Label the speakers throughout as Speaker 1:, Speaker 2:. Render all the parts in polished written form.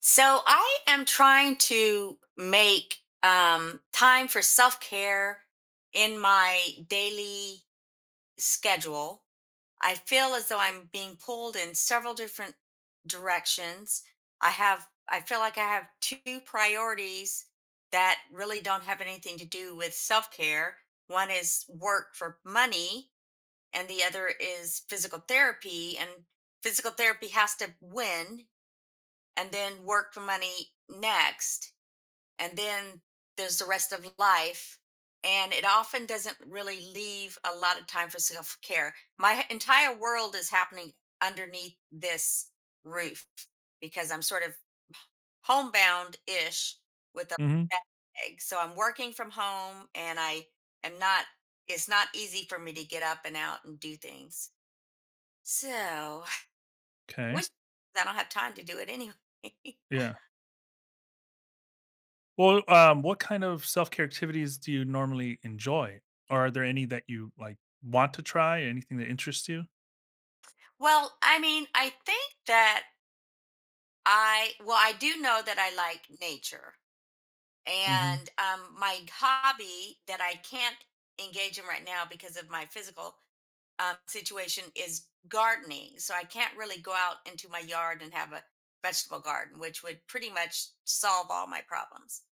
Speaker 1: So I am trying to make time for self care in my daily schedule. I feel as though I'm being pulled in several different directions. I have, I feel like I have two priorities that really don't have anything to do with self care. One is work for money, and the other is physical therapy. And physical therapy has to win and then work for money next and then there's the rest of life and it often doesn't really leave a lot of time for self-care. My entire world is happening underneath this roof because I'm sort of homebound-ish with a
Speaker 2: Hmm.
Speaker 1: bag. So I'm working from home and I am not, it's not easy for me to get up and out and do things. So
Speaker 2: Okay.
Speaker 1: which I don't have time to do it anyway.
Speaker 2: Yeah. Well, what kind of self-care activities do you normally enjoy? Or are there any that you, want to try? Anything that interests you?
Speaker 1: Well, I mean, I think that I, well, I do know that I like nature.
Speaker 2: Mhm.
Speaker 1: And my hobby that I can't engage in right now because of my physical situation is gardening. So I can't really go out into my yard and have a vegetable garden, which would pretty much solve all my problems.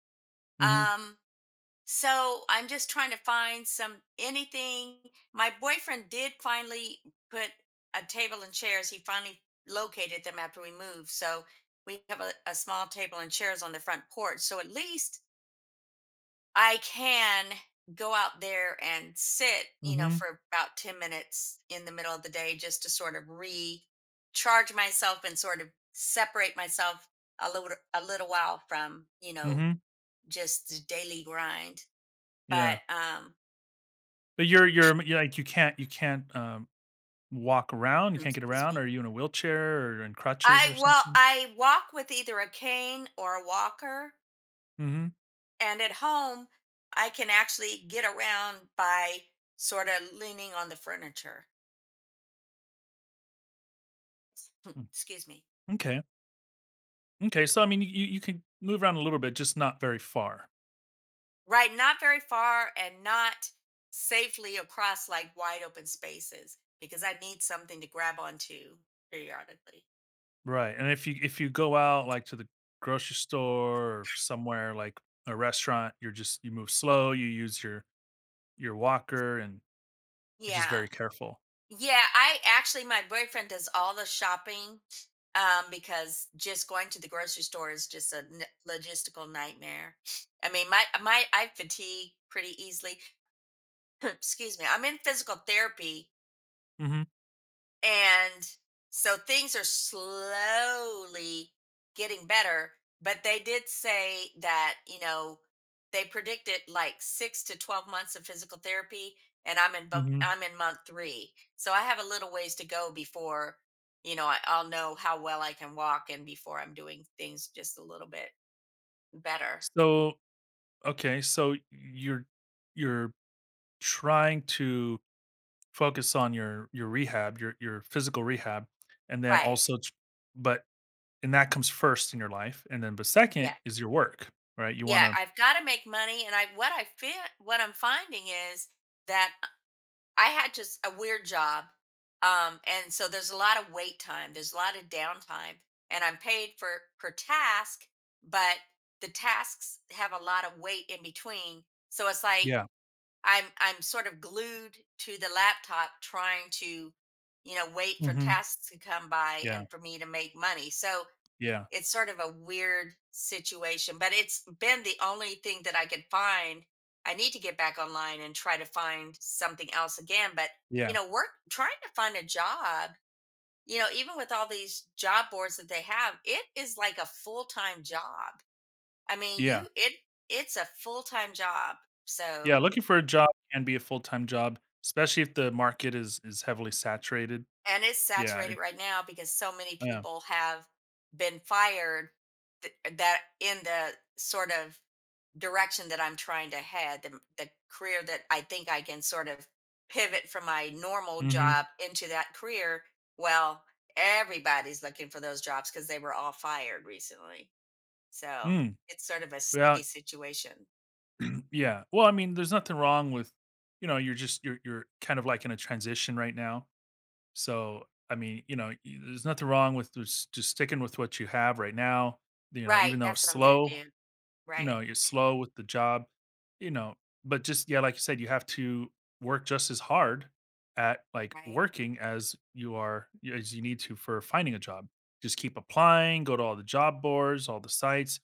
Speaker 2: Mhm.
Speaker 1: Um, so I'm just trying to find some anything. My boyfriend did finally put a table and chairs. He finally located them after we moved. So we have a small table and chairs on the front porch. So at least I can go out there and sit, you know,
Speaker 2: Mhm.
Speaker 1: for about 10 minutes in the middle of the day just to sort of recharge myself and sort of separate myself a little a little while from, you know,
Speaker 2: Mhm.
Speaker 1: just the daily grind.
Speaker 2: Yeah.
Speaker 1: But
Speaker 2: But you're like, you can't walk around? You
Speaker 1: Mm,
Speaker 2: can't get
Speaker 1: excuse
Speaker 2: around? Or
Speaker 1: me.
Speaker 2: Are you in a wheelchair or in crutches or
Speaker 1: I, well,
Speaker 2: something?
Speaker 1: I walk with either a cane or a walker,
Speaker 2: Mhm.
Speaker 1: and at home I can actually get around by sort of leaning on the furniture.
Speaker 2: Okay.
Speaker 1: Excuse me.
Speaker 2: Okay. So, I mean, you can move around a little bit, just not very far.
Speaker 1: Right, not very far and not safely across like wide open spaces because I need something to grab onto periodically.
Speaker 2: Right, and if you go out, like, to the grocery store or somewhere, like, a restaurant, you move slow, you use your walker, and you're just
Speaker 1: Yeah.
Speaker 2: very careful.
Speaker 1: Yeah, I actually, my boyfriend does all the shopping because just going to the grocery store is just a logistical nightmare. I mean, my I fatigue pretty easily. Excuse me. I'm in physical therapy
Speaker 2: Mhm,
Speaker 1: and so things are slowly getting better, but they did say that, you know, they predicted like 6 to 12 months of physical therapy and
Speaker 2: mhm.
Speaker 1: I'm in month 3. So I have a little ways to go before, you know, I'll know how well I can walk and before I'm doing things just a little bit better.
Speaker 2: So okay, so you're trying to focus on your rehab, your physical rehab, and then
Speaker 1: Right.
Speaker 2: also t but and that comes first in your life, and then but
Speaker 1: Yeah.
Speaker 2: second is your work, right? You
Speaker 1: Yeah,
Speaker 2: wanna
Speaker 1: I've got to make money and I what I feel what I'm finding is that I had just a weird job. And so there's a lot of wait time, there's a lot of downtime, and I'm paid for per task, but the tasks have a lot of wait in between. So it's like
Speaker 2: Yeah.
Speaker 1: I'm sort of glued to the laptop trying to, you know, wait for
Speaker 2: Mhm.
Speaker 1: tasks to come by
Speaker 2: Yeah,
Speaker 1: and for me to make money. So
Speaker 2: yeah,
Speaker 1: it's sort of a weird situation, but it's been the only thing that I could find. I need to get back online and try to find something else again. But, you
Speaker 2: yeah,
Speaker 1: know, work, trying to find a job, you know, even with all these job boards that they have, it is like a full time job. I mean,
Speaker 2: yeah.
Speaker 1: it's a full time job.
Speaker 2: Yeah,
Speaker 1: So,
Speaker 2: looking for a job can be a full-time job, especially if the market is heavily saturated.
Speaker 1: and it's
Speaker 2: Yeah,
Speaker 1: saturated
Speaker 2: it
Speaker 1: right now because so many
Speaker 2: yeah.
Speaker 1: people have been fired that in the sort of direction that I'm trying to head, the career that I think I can sort of pivot from my normal
Speaker 2: Mhm.
Speaker 1: job into that career. Well, everybody's looking for those jobs because they were all fired recently. So
Speaker 2: Mm.
Speaker 1: it's sort of a sticky
Speaker 2: Yeah.
Speaker 1: situation.
Speaker 2: Yeah. Well, I mean, there's nothing wrong with you're just you're kind of like in a transition right now. So, I mean, you know, y there's nothing wrong with just sticking with what you have right now, you know,
Speaker 1: Right.
Speaker 2: even though it's
Speaker 1: That's what I'm going to
Speaker 2: slow.
Speaker 1: do.
Speaker 2: You
Speaker 1: Right.
Speaker 2: know, you're slow with the job, you know, but just yeah, like you said, you have to work just as hard at like
Speaker 1: Right.
Speaker 2: working as you are as you need to for finding a job. Just keep applying, go to all the job boards, all the sites,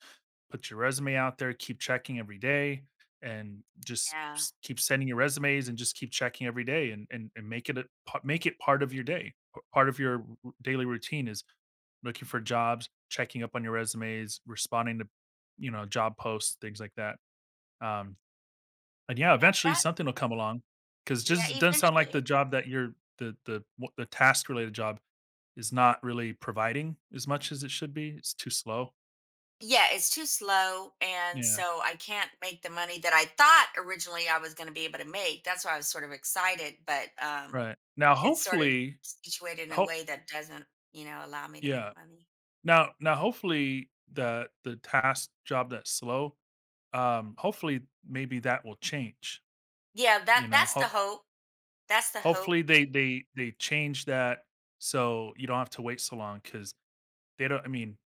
Speaker 2: put your resume out there, keep checking every day and just
Speaker 1: Yeah.
Speaker 2: keep sending your resumes and just keep checking every day and make make it part of your day. Part of your daily routine is looking for jobs, checking up on your resumes, responding to, you know, job posts, things like that. Um, and yeah,
Speaker 1: Yeah.
Speaker 2: eventually
Speaker 1: That,
Speaker 2: something will come along because
Speaker 1: yeah,
Speaker 2: just it doesn't sound like
Speaker 1: eventually.
Speaker 2: the job that you're the what the task related job is not really providing as much as it should be. It's too slow.
Speaker 1: Yeah, it's too slow, and
Speaker 2: Yeah.
Speaker 1: so I can't make the money that I thought originally I was going to be able to make. That's why I was sort of excited, but
Speaker 2: Right. Now
Speaker 1: it's sort of
Speaker 2: hopefully
Speaker 1: situated in a
Speaker 2: hope
Speaker 1: way that doesn't, you know, allow me to make
Speaker 2: yeah.
Speaker 1: money.
Speaker 2: Now hopefully the task job that's slow, hopefully maybe that will change.
Speaker 1: Yeah, that
Speaker 2: You know,
Speaker 1: that's the
Speaker 2: ho-
Speaker 1: hope. That's the hope.
Speaker 2: Hopefully, they change that so you don't have to wait so long because they don't I mean,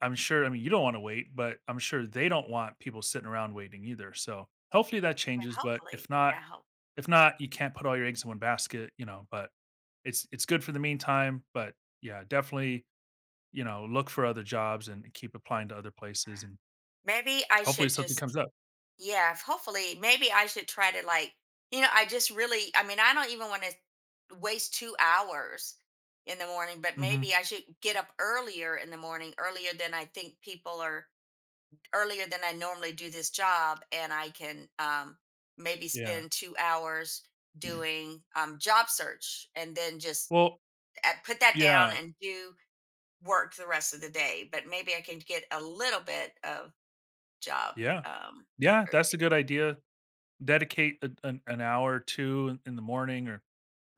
Speaker 2: you don't wanna wait, but I'm sure they don't want people sitting around waiting either, so hopefully that
Speaker 1: Yeah,
Speaker 2: changes, but
Speaker 1: hopefully, yeah, hope.
Speaker 2: if not, you can't put all your eggs in one basket, you know, but it's good for the meantime, but yeah, definitely, you know, look for other jobs and keep applying to other places and
Speaker 1: Yeah. Maybe I
Speaker 2: hopefully
Speaker 1: should
Speaker 2: something comes
Speaker 1: just—
Speaker 2: up.
Speaker 1: yeah, if hopefully, maybe I should try to, like, you know, I just really, I mean, I don't even want to waste 2 hours in the morning, but maybe
Speaker 2: Mhm.
Speaker 1: I should get up earlier in the morning, earlier than I think people are, earlier than I normally do this job, and I can maybe
Speaker 2: Yeah.
Speaker 1: spend 2 hours doing job search and then just
Speaker 2: Well
Speaker 1: put that down
Speaker 2: yeah.
Speaker 1: and do work the rest of the day. But maybe I can get a little bit of job
Speaker 2: Yeah.
Speaker 1: um,
Speaker 2: Yeah, that's a
Speaker 1: search.
Speaker 2: good idea. Dedicate an hour or two in the morning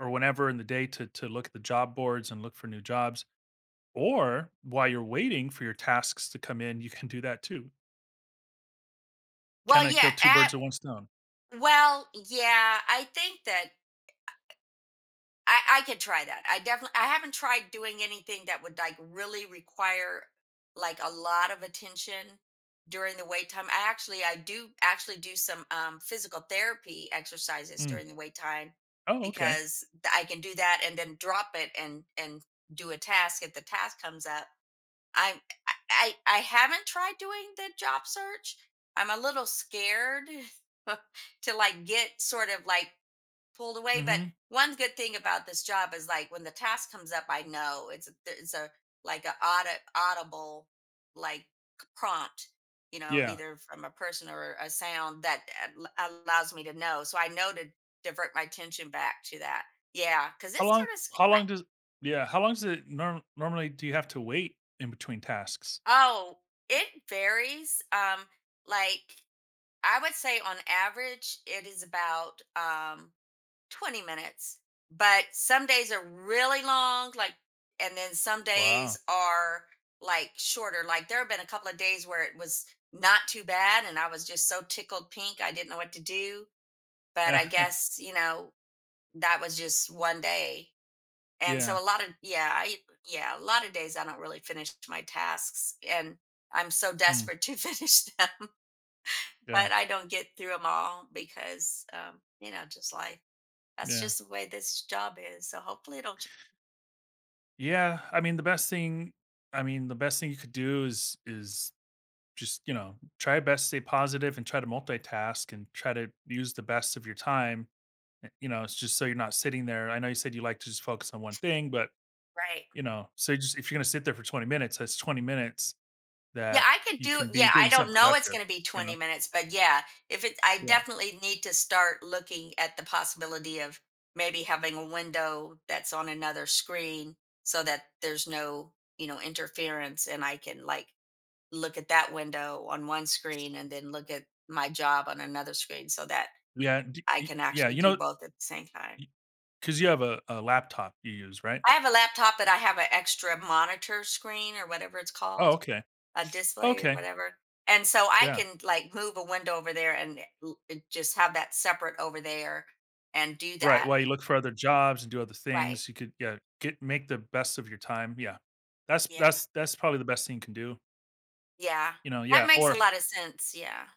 Speaker 2: or whenever in the day to look at the job boards and look for new jobs or while you're waiting for your tasks to come in you can do that too,
Speaker 1: Well,
Speaker 2: kind of
Speaker 1: yeah,
Speaker 2: kill two birds with one stone.
Speaker 1: well, yeah, I think that I could try that. I definitely, I haven't tried doing anything that would like really require like a lot of attention during the wait time. I do actually do some physical therapy exercises
Speaker 2: Mm.
Speaker 1: during the wait time
Speaker 2: Oh, okay.
Speaker 1: because I can do that and then drop it and do a task if the task comes up. I I haven't tried doing the job search. I'm a little scared to like get sort of like pulled away. But
Speaker 2: Hmm.
Speaker 1: one good thing about this job is like when the task comes up, I know it's a like a audit audible like prompt, you know,
Speaker 2: Yeah,
Speaker 1: either from a person or a sound that allows me to know. So I know to divert my attention back to that. Yeah, because
Speaker 2: how
Speaker 1: it's
Speaker 2: long
Speaker 1: sort of sc-
Speaker 2: how
Speaker 1: I,
Speaker 2: long does yeah, how long does it normally do you have to wait in between tasks?
Speaker 1: oh, it varies. Like, I would say on average, it is about 20 minutes, but some days are really long, like, and then some days
Speaker 2: Wow.
Speaker 1: are like shorter. Like, there have been a couple of days where it was not too bad and I was just so tickled pink I didn't know what to do. But I guess, you know, that was just one day, and
Speaker 2: Yeah.
Speaker 1: so a lot of— yeah, I yeah a lot of days I don't really finish my tasks and I'm so
Speaker 2: Mm.
Speaker 1: desperate to finish them,
Speaker 2: Yeah,
Speaker 1: but I don't get through them all because you know, just life. That's
Speaker 2: yeah,
Speaker 1: just the way this job is, so hopefully it'll change.
Speaker 2: yeah, I mean the best thing, I mean the best thing you could do is just, you know, try your best to stay positive and try to multitask and try to use the best of your time. You know, it's just so you're not sitting there. I know you said you like to just focus on one thing, but
Speaker 1: Right.
Speaker 2: you know, so just if you're going to sit there for 20 minutes, that's 20 minutes
Speaker 1: Yeah,
Speaker 2: that
Speaker 1: I could
Speaker 2: you
Speaker 1: do,
Speaker 2: can be
Speaker 1: yeah, I
Speaker 2: doing something
Speaker 1: don't know it's
Speaker 2: productive,
Speaker 1: gonna be
Speaker 2: you know?
Speaker 1: 20 minutes, but yeah, if it— I
Speaker 2: Yeah.
Speaker 1: definitely need to start looking at the possibility of maybe having a window that's on another screen so that there's no, you know, interference and I can, like, look at that window on one screen and then look at my job on another screen so that I can
Speaker 2: Yeah.
Speaker 1: actually
Speaker 2: You
Speaker 1: do
Speaker 2: know,
Speaker 1: both at the same time.
Speaker 2: because you have a laptop you use, right?
Speaker 1: I have a laptop, but I have an extra monitor screen or whatever it's
Speaker 2: Oh,
Speaker 1: called,
Speaker 2: okay.
Speaker 1: a display or
Speaker 2: Okay.
Speaker 1: whatever. And so I
Speaker 2: Yeah.
Speaker 1: can like move a window over there and it just have that separate over there and do
Speaker 2: Right,
Speaker 1: that.
Speaker 2: while you look for other jobs and do other
Speaker 1: Right.
Speaker 2: things, you could yeah, get make the best of your time, yeah. That's
Speaker 1: Yeah.
Speaker 2: that's that's probably the best thing you can do,
Speaker 1: Yeah.
Speaker 2: you know,
Speaker 1: That
Speaker 2: yeah,
Speaker 1: makes a
Speaker 2: or
Speaker 1: lot of sense. Yeah.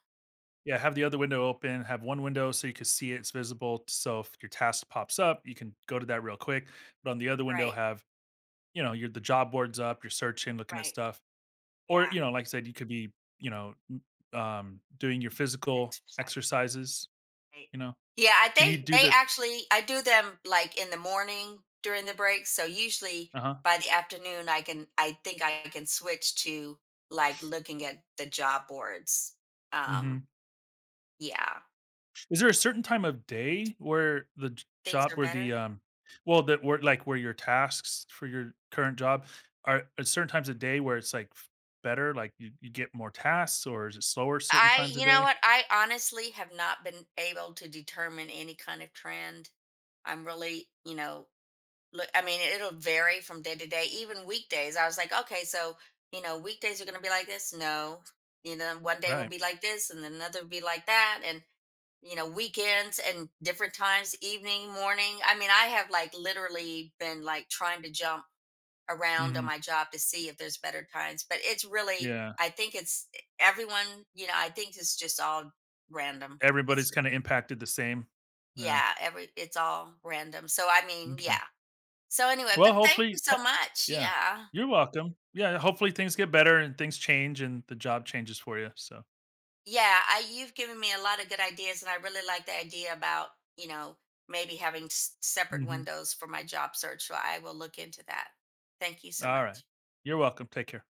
Speaker 2: yeah, have the other window open, have one window so you can see it, it's visible, so if your task pops up, you can go to that real quick, but on the other window
Speaker 1: Right.
Speaker 2: have, you know, your the job boards up, you're searching, looking at
Speaker 1: Right.
Speaker 2: stuff, or,
Speaker 1: Yeah.
Speaker 2: you know, like I said, you could be, you know, m doing your physical
Speaker 1: Exercise.
Speaker 2: exercises,
Speaker 1: Right.
Speaker 2: you know?
Speaker 1: Yeah. I
Speaker 2: Can you
Speaker 1: think
Speaker 2: do
Speaker 1: they
Speaker 2: the
Speaker 1: actually, I do them like in the morning during the break. So usually
Speaker 2: Uh-huh,
Speaker 1: by the afternoon, I can, I think I can switch to like looking at the job boards. Um,
Speaker 2: mhm.
Speaker 1: yeah.
Speaker 2: Is there a certain time of day where the j
Speaker 1: Things
Speaker 2: job
Speaker 1: are
Speaker 2: where the,
Speaker 1: better.
Speaker 2: um, well, that where, like, where your tasks for your current job are at certain times of day where it's, like, f better, like, you get more tasks, or is it slower certain
Speaker 1: I,
Speaker 2: times a
Speaker 1: you know
Speaker 2: day?
Speaker 1: what? I honestly have not been able to determine any kind of trend. I'm really, you know, look, I mean, it'll vary from day to day, even weekdays. I was like, okay, so, you know, weekdays are going to be like this. No, you know, one day will
Speaker 2: Right.
Speaker 1: be like this and then another will be like that. And, you know, weekends and different times, evening, morning. I mean, I have like literally been like trying to jump around on
Speaker 2: Mhm.
Speaker 1: my job to see if there's better times. But it's really,
Speaker 2: Yeah.
Speaker 1: I think it's everyone, you know, I think it's just all random.
Speaker 2: Everybody's
Speaker 1: It's,
Speaker 2: kinda impacted the same. Yeah.
Speaker 1: yeah, it's all random. So, I mean,
Speaker 2: Okay.
Speaker 1: yeah. So, anyway,
Speaker 2: Well,
Speaker 1: but thank you
Speaker 2: hopefully ho
Speaker 1: so much.
Speaker 2: yeah.
Speaker 1: Yeah.
Speaker 2: You're welcome. Yeah, hopefully things get better and things change and the job changes for you, so.
Speaker 1: Yeah. You've given me a lot of good ideas. And I really like the idea about, you know, maybe having separate
Speaker 2: Mhm.
Speaker 1: windows for my job search. So, I will look into that. Thank you so
Speaker 2: Alright.
Speaker 1: much.
Speaker 2: You're welcome. Take care.